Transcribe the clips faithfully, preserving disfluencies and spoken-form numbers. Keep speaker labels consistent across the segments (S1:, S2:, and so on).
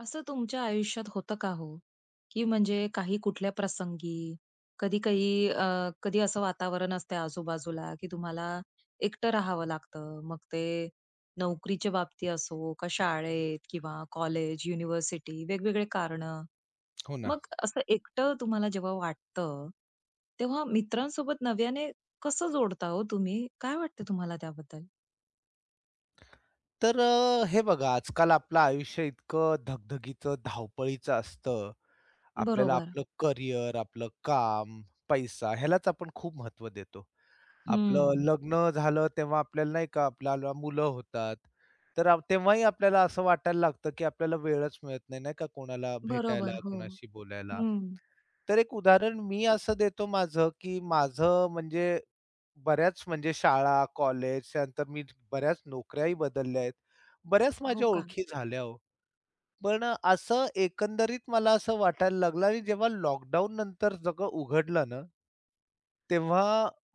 S1: असं तुमच्या आयुष्यात होतं का हो, की म्हणजे काही कुठल्या प्रसंगी, कधी काही अ, कधी असं वातावरण असते आजूबाजूला, की तुम्हाला एकटं राहावं लागतं. मग ते नोकरीच्या बाबतीत असो का शाळेत किंवा कॉलेज, युनिव्हर्सिटी वेगवेगळे कारणं.
S2: हो ना.
S1: मग असं एकटं तुम्हाला जेव्हा वाटतं, तेव्हा मित्रांसोबत नव्याने कसं जोडता हो तुम्ही? काय वाटतं तुम्हाला त्याबद्दल?
S2: तर अ, हे बघा आजकाल आपलं आयुष्य इतकं धगधगीचं, धावपळीचं असतं. आपल्याला हं.
S1: बरोबर.
S2: आपलं करियर, आपलं काम, पैसा ह्यालाच आपण खूप महत्त्व देतो. आपलं हं.
S1: हं.
S2: लग्न झालं तेव्हा आपल्याला नाही का आपल्याला मुलं होतात. तर आप तेव्हाही आपल्याला असं वाटायला लागतं, की आपल्याला वेळच मिळत नाही, नाही का कोणाला भेटायला,
S1: बरोबर. हो.
S2: कोणाशी बोलायला.
S1: हं.
S2: तर एक उदाहरण मी असं देतो माझं, की माझं म्हणजे बऱ्याच म्हणजे शाळा, कॉलेज त्यानंतर मी बऱ्याच नोकऱ्याही बदलल्या आहेत. बऱ्याच
S1: हो
S2: माझ्या
S1: का?
S2: ओळखी झाल्या हो. पण अ, असं एकंदरीत मला असं वाटायला लागलं आणि जेव्हा लॉकडाऊन नंतर सगळं उघडलं ना तेव्हा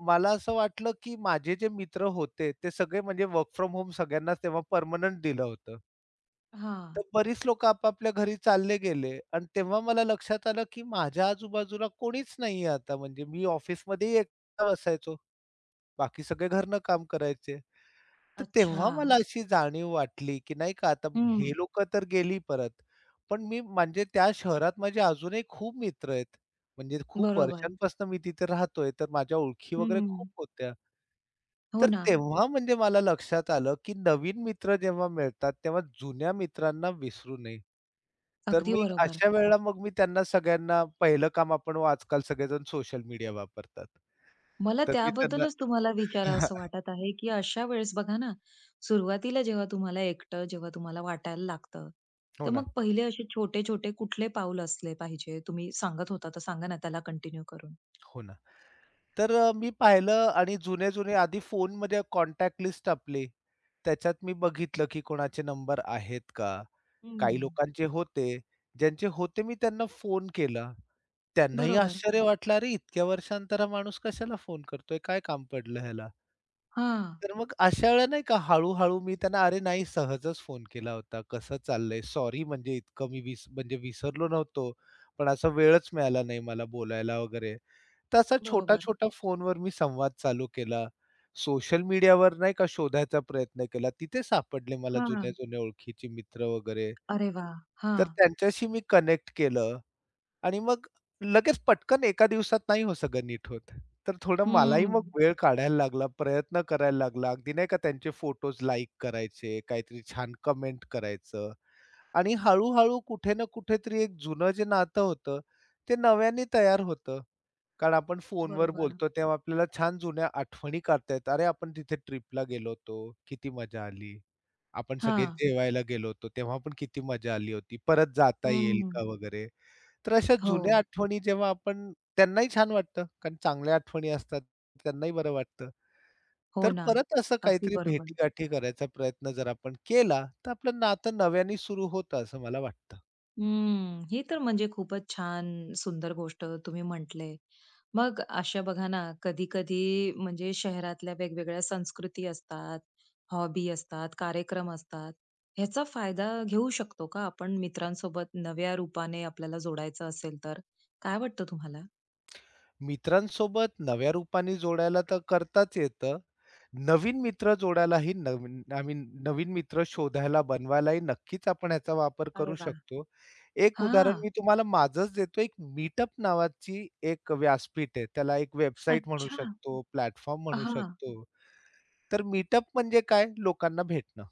S2: मला असं वाटलं, की माझे जे मित्र होते ते सगळे म्हणजे वर्क फ्रॉम होम सगळ्यांनाच तेव्हा पर्मनंट दिलं होतं.
S1: हां.
S2: तर बरीच लोकं आपापल्या घरी चालले गेले आणि तेव्हा मला लक्षात आलं, की माझ्या आजूबाजूला कोणीच नाहीये आता म्हणजे मी ऑफिसमध्येही एकटा बसायचो. बाकी सगळे घरनं काम करायचे. तर
S1: अच्छा.
S2: तेव्हा मला अशी जाणीव वाटली, की नाही का आता हे
S1: हं.
S2: लोकं तर गेली परत. पण मी म्हणजे त्या शहरात माझे अजूनही खूप मित्र आहेत. म्हणजे खूप
S1: बरोबर.
S2: वर्षांपासून मी तिथे राहतोय, तर माझ्या ओळखी वगैरे
S1: हं.
S2: खूप होत्या.
S1: हो
S2: तर
S1: ना.
S2: तेव्हा म्हणजे मला लक्षात आलं, की नवीन मित्र जेव्हा मिळतात, तेव्हा जुन्या मित्रांना विसरू नये. तर
S1: अगदी
S2: मी
S1: बरोबर.
S2: अशा वेळेला मग मी त्यांना सगळ्यांना पहिलं काम आपण आजकाल सगळेजण सोशल मीडिया वापरतात.
S1: मला
S2: तर मी त्यांना
S1: त्याबद्दलच तुम्हाला विचारावसं वाटत आहे, की अशा वेळेस बघा ना, सुरुवातीला जेव्हा तुम्हाला एकटं जेव्हा तुम्हाला वाटायला लागतं,
S2: हो
S1: तर
S2: ना,
S1: मग पहिले असे छोटे-छोटे कुठले पाऊल असले पाहिजे? तुम्ही सांगत होता, तर सांगा ना त्याला कंटिन्यू करून?
S2: हो ना. तर अ, मी पाहिलं आणि जुने-जुने आधी फोन फोनमध्ये कॉन्टॅक्ट लिस्ट आपली, त्याच्यात मी बघितलं की कोणाचे नंबर आहेत का? काही
S1: हं.
S2: लोकांचे होते. ज्यांचे होते मी त्यांना फोन केला. त्यांनाही
S1: बरोबर.
S2: आश्चर्य वाटलं, "अरे, इतक्या वर्षानंतर हा माणूस कशाला फोन करतोय? काय काम पडलं ह्याला?"
S1: हां.
S2: तर मग अशा वेळेला नाही का हळू-हळू मी त्यांना "अरे नाही सहजच फोन केला होता. कसं चाललंय? सॉरी म्हणजे इतकं मी विस म्हणजे विसरलो नव्हतो. पण असा वेळच मिळाला नाही मला बोलायला वगैरे." तर असा
S1: बरोबर.
S2: छोटा-छोटा फोनवर मी संवाद चालू केला. सोशल मीडियावर नाही का शोधायचा प्रयत्न केला. तिथे सापडले मला
S1: हां.
S2: जुन्या-जुन्या ओळखीचे मित्र वगैरे.
S1: अरे वाह! हां.
S2: तर त्यांच्याशी मी कनेक्ट केलं. आणि मग लगेच पटकन एका दिवसात नाही हो सगळं नीट होत. तर थोडं हो. मलाही
S1: हं.
S2: मग वेळ काढायला लागला, प्रयत्न करायला लागला. अगदी नाही का त्यांचे फोटोज लाइक करायचे, काहीतरी छान कमेंट करायचं आणि हळू-हळू कुठे ना कुठेतरी एक जुनं जे नातं होतं, ते नव्याने तयार होतं. कारण आपण फोनवर
S1: बरोबर.
S2: बोलतो तेव्हा आपल्याला छान जुन्या आठवणी काढता येतात. अरे, आपण तिथे ट्रिपला गेलो होतो, किती मजा आली. आपण सगळे
S1: हां.
S2: जेवायला गेलो होतो, तेव्हा पण किती मजा आली होती. परत जाता येईल
S1: हं.
S2: का वगैरे. तर अशा
S1: हो.
S2: जुन्या आठवणी जेव्हा आपण त्यांनाही छान वाटतं, कारण चांगल्या आठवणी असतात, त्यांनाही बरं वाटतं.
S1: हो
S2: तर
S1: ना.
S2: परत असं
S1: अगदी
S2: काहीतरी
S1: बरोबर.
S2: भेटीगाठी करायचा प्रयत्न जर आपण केला, तर आपलं नातं नव्याने सुरू होतं असं मला वाटतं.
S1: हम्म. ही तर म्हणजे खूपच छान सुंदर गोष्ट तुम्ही म्हटले. मग अशा बघा ना, कधी-कधी म्हणजे शहरातल्या वेगवेगळ्या संस्कृती असतात, हॉबी असतात, कार्यक्रम असतात. ह्याचा फायदा घेऊ शकतो का आपण मित्रांसोबत नव्या रूपाने आपल्याला जोडायचं असेल तर? काय वाटतं तुम्हाला?
S2: मित्रांसोबत नव्या रूपाने जोडायला तर करताच येतं, नवीन मित्र जोडायलाही नवीन आम्ही नवीन मित्र शोधायला, बनवायलाही नक्कीच आपण ह्याचा वापर
S1: अरे
S2: करू
S1: वाह!
S2: शकतो. एक उदाहरण
S1: हां.
S2: मी तुम्हाला माझंच देतो. एक मीटअप नावाची एक व्यासपीठ आहे. त्याला एक वेबसाईट म्हणू
S1: अच्छा.
S2: शकतो, प्लॅटफॉर्म म्हणू
S1: हां.
S2: शकतो. तर मीटअप म्हणजे काय? लोकांना भेटणं.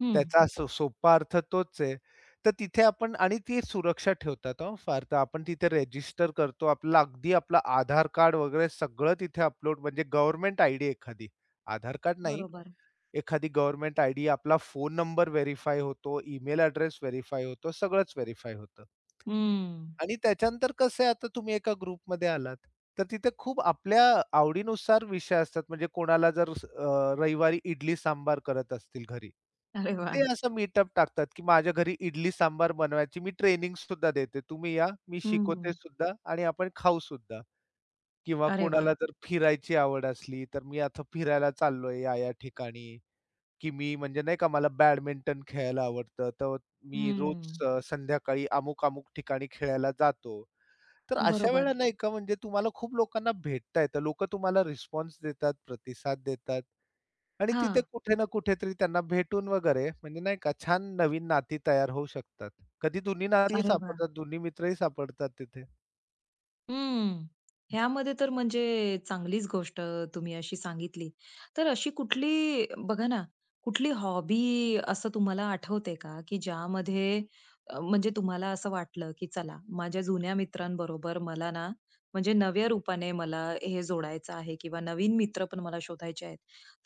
S1: हं.
S2: त्याचा सो सोपा अर्थ तोच आहे. तर तिथे आपण आणि ती सुरक्षा ठेवतात हो फार. तर आपण तिथे रेजिस्टर करतो. आपला अगदी आपला आधार कार्ड वगैरे सगळं तिथे अपलोड म्हणजे गव्हर्नमेंट आयडी एखादी, आधार कार्ड नाही.
S1: बरोबर.
S2: एखादी गव्हर्नमेंट आयडी, आपला फोन नंबर व्हेरिफाय होतो, ईमेल अॅड्रेस व्हेरिफाय होतो, सगळंच व्हेरिफाय होतं.
S1: हं.
S2: आणि त्याच्यानंतर कसं आहे, आता तुम्ही एका ग्रुपमध्ये आलात, तर तिथे खूप आपल्या आवडीनुसार विषय असतात. म्हणजे कोणाला जर अ, रविवारी इडली सांबार करत असतील घरी,
S1: अरे
S2: ते
S1: वाह!
S2: असं मीटअप टाकतात, की माझ्या घरी इडली सांबार बनवायची मी ट्रेनिंग सुद्धा देते. तुम्ही या, मी शिकवते
S1: हं.
S2: सुद्धा आणि आपण खाऊ सुद्धा किंवा
S1: अरे
S2: कोणाला
S1: वाह!
S2: जर फिरायची आवड असली, तर मी आता फिरायला चाललोय या-या ठिकाणी. की मी म्हणजे नाही का मला बॅडमिंटन खेळायला आवडतं, तर मी रोज
S1: हं.
S2: अ, संध्याकाळी अमुक-अमुक ठिकाणी खेळायला जातो. तर अशा
S1: बरोबर.
S2: वेळेला नाही का म्हणजे तुम्हाला खूप लोकांना भेटता येतं. लोकं तुम्हाला रिस्पॉन्स देतात, प्रतिसाद देतात आणि तिथे
S1: हां.
S2: कुठे ना कुठेतरी त्यांना भेटून वगैरे म्हणजे नाही का छान नवीन नाती तयार होऊ शकतात. कधी दोन्ही नातीही
S1: अरे वाह!
S2: सापडतात, दोन्ही मित्रही सापडतात तिथे.
S1: हम्म. ह्यामध्ये तर म्हणजे चांगलीच गोष्ट तुम्ही अशी सांगितली. तर अशी कुठली बघा ना, कुठली हॉबी असं तुम्हाला आठवते का, की ज्यामध्ये अ, म्हणजे तुम्हाला असं वाटलं, की चला माझ्या जुन्या मित्रांबरोबर मला ना, म्हणजे नव्या रूपाने मला हे जोडायचं आहे किंवा नवीन मित्र पण मला शोधायचे आहेत.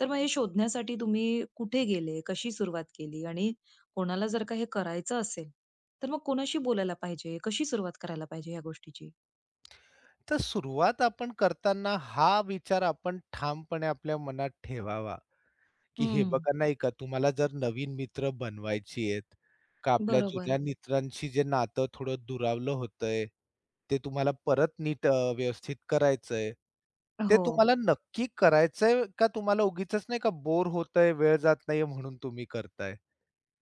S1: तर मग हे शोधण्यासाठी तुम्ही कुठे गेले, कशी सुरुवात केली आणि कोणाला जर का हे करायचं असेल, तर मग कोणाशी बोलायला पाहिजे, कशी सुरुवात करायला पाहिजे ह्या गोष्टीची?
S2: तर सुरुवात आपण करताना हा विचार आपण ठामपणे आपल्या मनात ठेवावा. की हे
S1: हं.
S2: बघा नाही का तुम्हाला जर नवीन मित्र बनवायची आहेत, का आपल्या
S1: बरोबर.
S2: जुन्या मित्रांशी जे नातं थोडं दुरावलं होतंय, ते तुम्हाला परत नीट अ, व्यवस्थित करायचंय. ते
S1: हो,
S2: तुम्हाला नक्की करायचंय का तुम्हाला उगीचच नाही का बोर होतंय, वेळ जात नाहीये म्हणून तुम्ही करताय.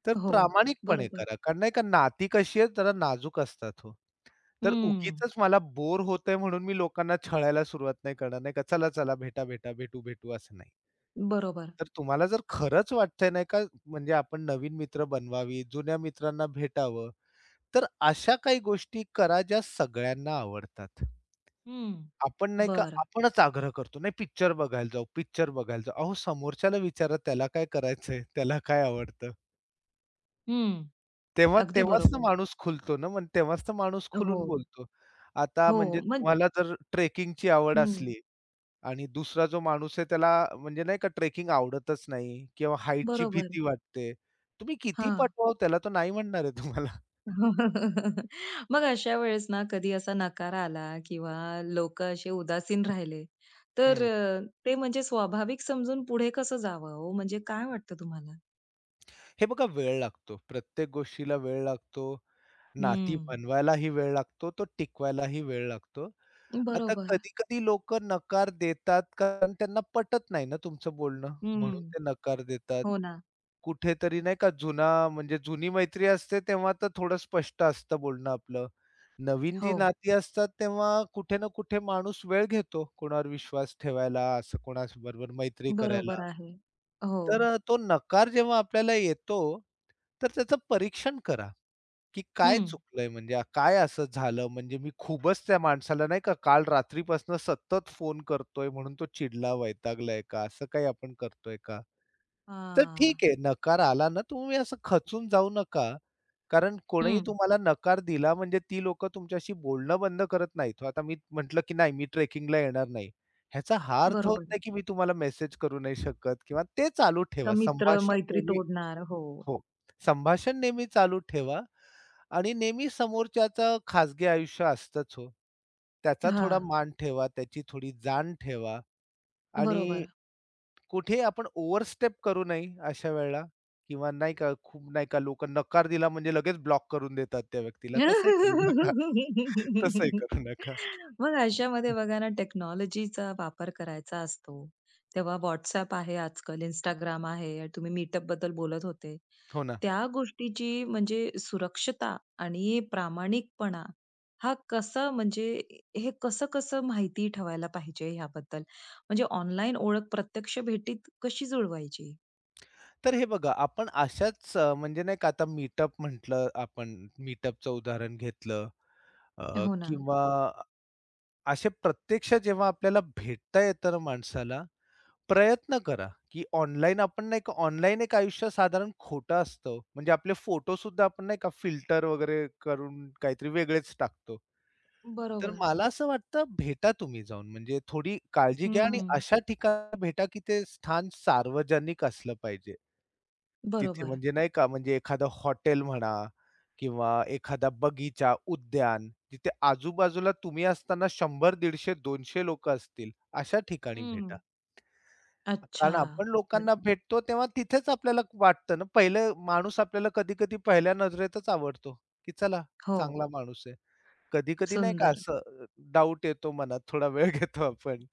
S2: तर
S1: हो.
S2: प्रामाणिकपणे
S1: बरोबर.
S2: करा. कारण नाही का नाती कशी आहेत जरा नाजूक असतात हो. तर
S1: हं.
S2: उगीचच मला बोर होतंय म्हणून मी लोकांना छळायला सुरुवात नाही करणार नाही का, "चला, चला भेटा, भेटा, भेटू, भेटू" असं नाही.
S1: बरोबर.
S2: तर तुम्हाला जर खरंच वाटतंय नाही का, म्हणजे आपण नवीन मित्र बनवावी, जुन्या मित्रांना भेटावं, तर अशा काही गोष्टी करा ज्या सगळ्यांना आवडतात.
S1: हं.
S2: आपण नाही का
S1: बरं.
S2: आपणच आग्रह करतो, "नाही पिक्चर बघायला जाऊ, पिक्चर बघायला जाऊ." अहो समोरच्याला विचारा त्याला काय करायचंय, त्याला काय आवडतं.
S1: हं.
S2: तेव्हा
S1: अगदी
S2: तेव्हाच तर
S1: बरोबर.
S2: माणूस खुलतो ना, मग तेव्हाच तर माणूस
S1: हो,
S2: खुलून बोलतो. आता
S1: हो.
S2: म्हणजे
S1: मग
S2: तुम्हाला जर ट्रेकिंगची आवड असली
S1: हं.
S2: आणि दुसरा जो माणूस आहे त्याला म्हणजे नाही का ट्रेकिंग आवडतच नाही किंवा हाईटची
S1: बरोबर.
S2: भीती वाटते. तुम्ही किती
S1: हां.
S2: पाठवावं त्याला तो नाही म्हणणार आहे तुम्हाला.
S1: मग अशा वेळेस ना कधी असा नकार आला किंवा लोकं असे उदासीन राहिले, तर
S2: हं.
S1: अ, ते म्हणजे स्वाभाविक समजून पुढे कसं जावं हो? म्हणजे काय वाटतं तुम्हाला?
S2: हे बघा वेळ लागतो. प्रत्येक गोष्टीला वेळ लागतो. नाती
S1: हं.
S2: बनवायलाही वेळ लागतो. तो टिकवायलाही वेळ लागतो. आता
S1: बरोबर.
S2: कधी-कधी लोकं नकार देतात कारण त्यांना पटत नाही ना तुमचं बोलणं म्हणून
S1: हं.
S2: ते नकार देतात.
S1: हो ना.
S2: कुठेतरी नाही का जुना म्हणजे जुनी मैत्री असते तेव्हा तर थोडं स्पष्ट असतं बोलणं आपलं. नवीन जी
S1: हो.
S2: नाती असतात तेव्हा कुठे ना कुठे माणूस वेळ घेतो कोणावर विश्वास ठेवायला, असं कोणाबरोबर मैत्री करायला.
S1: बरोबर आहे. हो.
S2: तर अ, तो नकार जेव्हा आपल्याला येतो, तर त्याचं परीक्षण करा, की काय चुकलंय म्हणजे आ- काय असं झालं म्हणजे मी खूपच त्या माणसाला नाही का काल रात्रीपासून सतत फोन करतोय म्हणून तो चिडला, वैतागलाय का? असं काही आपण करतोय का? तर
S1: हा,
S2: ठीक आहे, नकार आला ना, तुम्ही असं खचून जाऊ नका. कारण कोणीही
S1: हं.
S2: तुम्हाला नकार दिला म्हणजे ती लोकं तुमच्याशी बोलणं बंद करत नाहीत. आता मी म्हटलं, की नाही मी ट्रेकिंगला येणार नाही. ह्याचा हा अर्थ होत
S1: बरोबर.
S2: नाही, की मी तुम्हाला मेसेज करू नाही शकत किंवा ते चालू
S1: का
S2: ठेवा. संभाषण
S1: मित्र-मैत्री
S2: नेहमी
S1: तोडणार. हो.
S2: हो, संभाषण नेहमी चालू ठेवा आणि नेहमी समोरच्याचं खाजगी आयुष्य असतंच हो. त्याचा थोडा
S1: हां.
S2: मान ठेवा, त्याची थोडी जाण ठेवा आणि
S1: बरोबर.
S2: कुठे आपण ओव्हरस्टेप करू नये अशा वेळेला किंवा नाही का खूप नाही का लोकं नकार दिला म्हणजे लगेच ब्लॉक करून देतात त्या व्यक्तीला. तसंही करू नका. तसंही करू नका.
S1: मग अशामध्ये बघा ना टेक्नॉलॉजीचा वापर करायचा असतो, तेव्हा WhatsApp आहे आजकाल, Instagram आहे, तुम्ही मीटअप बद्दल बोलत होते.
S2: हो ना.
S1: त्या गोष्टीची म्हणजे सुरक्षता आणि प्रामाणिकपणा हा कसा म्हणजे हे कसं-कसं माहिती ठेवायला पाहिजे ह्याबद्दल? म्हणजे ऑनलाईन ओळख प्रत्यक्ष भेटीत कशी जुळवायची?
S2: तर हे बघा आपण अशाच अ, म्हणजे नाही का आता मीटअप म्हटलं आपण मीटअपचं उदाहरण घेतलं अ,
S1: हो ना.
S2: किंवा असे प्रत्यक्ष जेव्हा आपल्याला भेटता येतं ना माणसाला प्रयत्न करा, की ऑनलाईन आपण नाही का ऑनलाईन एक आयुष्य साधारण खोटं असतं. म्हणजे आपले फोटो सुद्धा आपण नाही का फिल्टर वगैरे करून काहीतरी वेगळेच टाकतो. तर
S1: बरोबर.
S2: मला असं वाटतं भेटा तुम्ही जाऊन म्हणजे थोडी काळजी घ्या आणि
S1: हं,
S2: अशा ठिकाणी भेटा, की ते स्थान सार्वजनिक असलं पाहिजे. तिथे
S1: बरोबर.
S2: म्हणजे नाही का म्हणजे एखादं हॉटेल म्हणा किंवा एखादा बगीचा, उद्यान जिथे आजूबाजूला तुम्ही असताना शंभर, दीडशे, दोनशे लोकं असतील, अशा ठिकाणी भेटा.
S1: हं. अच्छा.
S2: कारण आपण लोकांना भेटतो तेव्हा तिथेच आपल्याला वाटतं ना, पहिलं माणूस आपल्याला कधी-कधी पहिल्या नजरेतच आवडतो, की चला
S1: हो,
S2: चांगला माणूस आहे. कधी-कधी नाही का
S1: सुंदर.
S2: असं डाउट येतो मनात, थोडा वेळ घेतो आपण.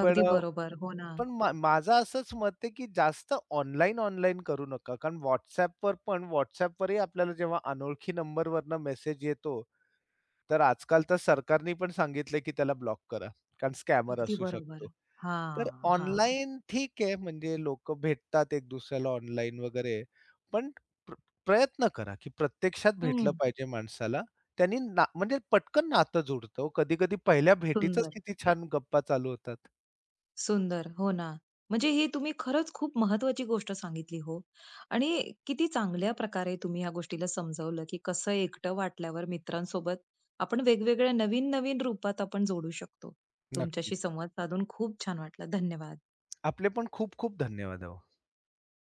S2: पण
S1: अगदी
S2: अ,
S1: बरोबर. हो ना.
S2: पण मा माझं असंच मत आहे, की जास्त ऑनलाईन, ऑनलाईन करू नका. कारण WhatsAppवर पण WhatsAppवरही आपल्याला जेव्हा अनोळखी नंबरवरनं मेसेज येतो, तर आजकाल तर सरकारनी पण सांगितलंय, की त्याला ब्लॉक करा. कारण स्कॅमर
S1: अगदी
S2: असू शकतो.
S1: बरोबर. हां,
S2: तर
S1: हां.
S2: ऑनलाईन ठीक आहे, म्हणजे लोक भेटतात एक दुसऱ्याला ऑनलाईन वगैरे. पण प्र प्रयत्न करा, की प्रत्यक्षात भेटलं
S1: हं.
S2: पाहिजे माणसाला. त्यांनी ना म्हणजे पटकन नातं जुडतं हो. कधी-कधी पहिल्या भेटीतच
S1: सुंदर,
S2: किती छान गप्पा चालू होतात.
S1: सुंदर. हो ना. म्हणजे ही तुम्ही खरंच खूप महत्वाची गोष्ट सांगितली हो आणि किती चांगल्या प्रकारे तुम्ही ह्या गोष्टीला समजावलं, की कसं एकटं वाटल्यावर मित्रांसोबत आपण वेगवेगळ्या नवीन-नवीन रूपात आपण जोडू शकतो.
S2: नक्कीच.
S1: तुमच्याशी संवाद साधून खूप छान वाटलं. धन्यवाद.
S2: आपले पण खूप खूप धन्यवाद अहो.